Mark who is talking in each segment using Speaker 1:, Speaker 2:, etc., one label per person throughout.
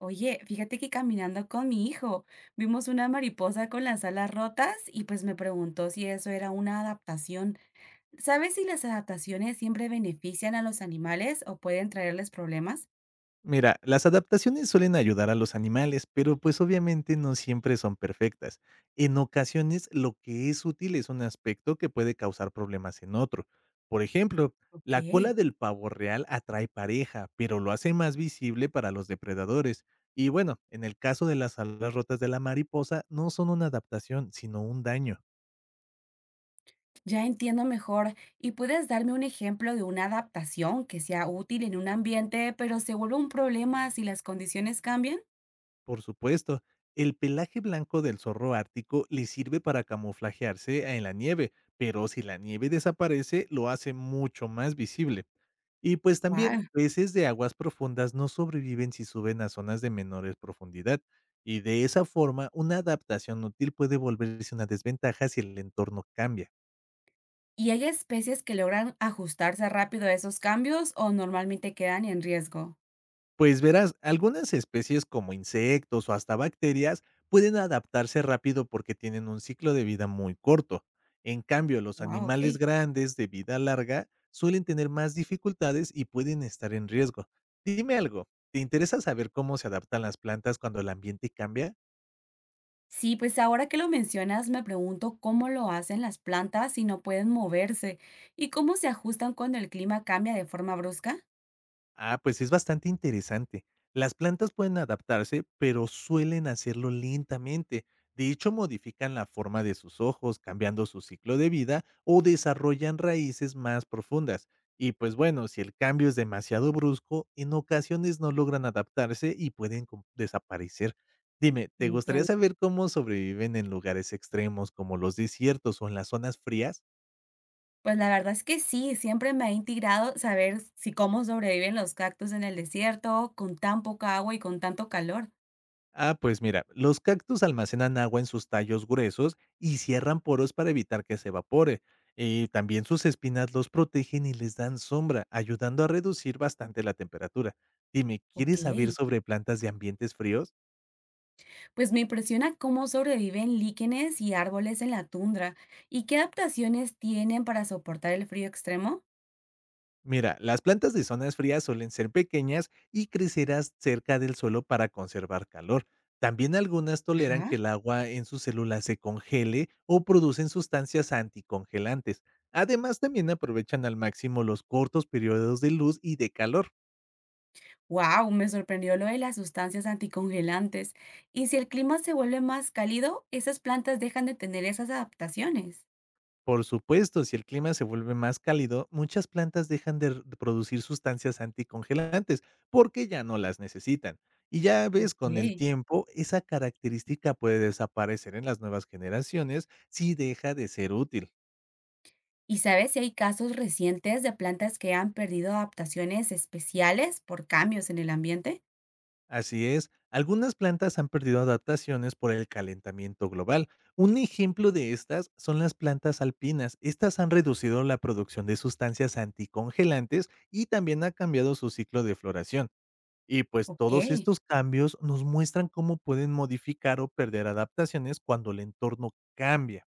Speaker 1: Oye, fíjate que caminando con mi hijo vimos una mariposa con las alas rotas y pues me preguntó si eso era una adaptación. ¿Sabes si las adaptaciones siempre benefician a los animales o pueden traerles problemas?
Speaker 2: Mira, las adaptaciones suelen ayudar a los animales, pero pues obviamente no siempre son perfectas. En ocasiones lo que es útil es un aspecto que puede causar problemas en otro. Por ejemplo,
Speaker 1: Ok,
Speaker 2: la cola del pavo real atrae pareja, pero lo hace más visible para los depredadores. Y bueno, en el caso de las alas rotas de la mariposa, no son una adaptación, sino un daño.
Speaker 1: ya entiendo mejor. ¿Y puedes darme un ejemplo de una adaptación que sea útil en un ambiente, pero se vuelve un problema si las condiciones cambian?
Speaker 2: Por supuesto, el pelaje blanco del zorro ártico le sirve para camuflajearse en la nieve, pero si la nieve desaparece lo hace mucho más visible. Y pues también
Speaker 1: Wow.
Speaker 2: peces de aguas profundas no sobreviven si suben a zonas de menores profundidad, y de esa forma una adaptación útil puede volverse una desventaja si el entorno cambia.
Speaker 1: ¿Y hay especies que logran ajustarse rápido a esos cambios o normalmente quedan en riesgo?
Speaker 2: Pues verás, algunas especies como insectos o hasta bacterias pueden adaptarse rápido porque tienen un ciclo de vida muy corto. En cambio, los
Speaker 1: Wow, ok.
Speaker 2: animales grandes de vida larga suelen tener más dificultades y pueden estar en riesgo. Dime algo, ¿te interesa saber cómo se adaptan las plantas cuando el ambiente cambia?
Speaker 1: Sí, pues ahora que lo mencionas, me pregunto cómo lo hacen las plantas si no pueden moverse y cómo se ajustan cuando el clima cambia de forma brusca.
Speaker 2: Ah, pues es bastante interesante. Las plantas pueden adaptarse, pero suelen hacerlo lentamente. De hecho, modifican la forma de sus ojos, cambiando su ciclo de vida o desarrollan raíces más profundas. Y pues bueno, si el cambio es demasiado brusco, en ocasiones no logran adaptarse y pueden desaparecer. Dime, ¿te gustaría
Speaker 1: Entiendo.
Speaker 2: saber cómo sobreviven en lugares extremos como los desiertos o en las zonas frías?
Speaker 1: Pues la verdad es que sí, siempre me ha intrigado saber si cómo sobreviven los cactus en el desierto con tan poca agua y con tanto calor.
Speaker 2: Ah, pues mira, los cactus almacenan agua en sus tallos gruesos y cierran poros para evitar que se evapore. Y también sus espinas los protegen y les dan sombra, ayudando a reducir bastante la temperatura. Dime,
Speaker 1: Ok,
Speaker 2: ¿quieres saber sobre plantas de ambientes fríos?
Speaker 1: pues me impresiona cómo sobreviven líquenes y árboles en la tundra y qué adaptaciones tienen para soportar el frío extremo.
Speaker 2: Mira, las plantas de zonas frías suelen ser pequeñas y crecerás cerca del suelo para conservar calor. También algunas toleran que
Speaker 1: Ajá.
Speaker 2: el agua en sus células se congele o producen sustancias anticongelantes. Además, también aprovechan al máximo los cortos periodos de luz y de calor.
Speaker 1: Wow, me sorprendió lo de las sustancias anticongelantes. Y si el clima se vuelve más cálido, esas plantas dejan de tener esas adaptaciones.
Speaker 2: Por supuesto, si el clima se vuelve más cálido, muchas plantas dejan de producir sustancias anticongelantes porque ya no las necesitan. Y ya ves,
Speaker 1: Ok.
Speaker 2: con el tiempo, esa característica puede desaparecer en las nuevas generaciones si deja de ser útil.
Speaker 1: ¿Y sabes si hay casos recientes de plantas que han perdido adaptaciones especiales por cambios en el ambiente?
Speaker 2: Así es, algunas plantas han perdido adaptaciones por el calentamiento global. Un ejemplo de estas son las plantas alpinas. Estas han reducido la producción de sustancias anticongelantes y también ha cambiado su ciclo de floración. Y, pues, todos
Speaker 1: Ok.
Speaker 2: estos cambios nos muestran cómo pueden modificar o perder adaptaciones cuando el entorno cambia.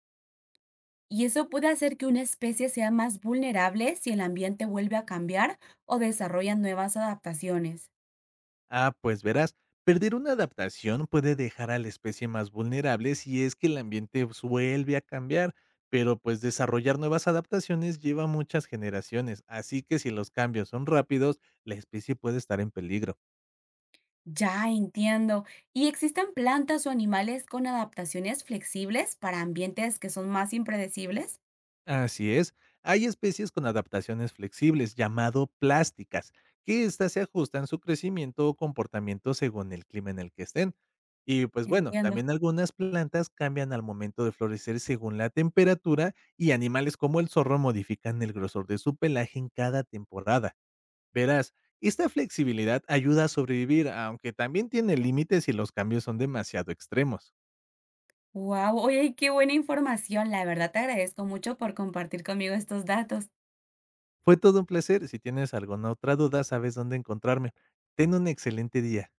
Speaker 1: ¿Y eso puede hacer que una especie sea más vulnerable si el ambiente vuelve a cambiar o desarrolla nuevas adaptaciones?
Speaker 2: Ah, pues verás, perder una adaptación puede dejar a la especie más vulnerable si es que el ambiente vuelve a cambiar, pero, pues, desarrollar nuevas adaptaciones lleva muchas generaciones, así que si los cambios son rápidos, la especie puede estar en peligro.
Speaker 1: Ya entiendo. ¿Y existen plantas o animales con adaptaciones flexibles para ambientes que son más impredecibles?
Speaker 2: Así es. Hay especies con adaptaciones flexibles, llamado plásticas, que estas se ajustan su crecimiento o comportamiento según el clima en el que estén. Y pues bueno,
Speaker 1: Entiendo.
Speaker 2: también algunas plantas cambian al momento de florecer según la temperatura y animales como el zorro modifican el grosor de su pelaje en cada temporada. Verás, esta flexibilidad ayuda a sobrevivir, aunque también tiene límites si los cambios son demasiado extremos.
Speaker 1: Wow, oye, qué buena información. La verdad te agradezco mucho por compartir conmigo estos datos.
Speaker 2: Fue todo un placer. Si tienes alguna otra duda, sabes dónde encontrarme. Ten un excelente día.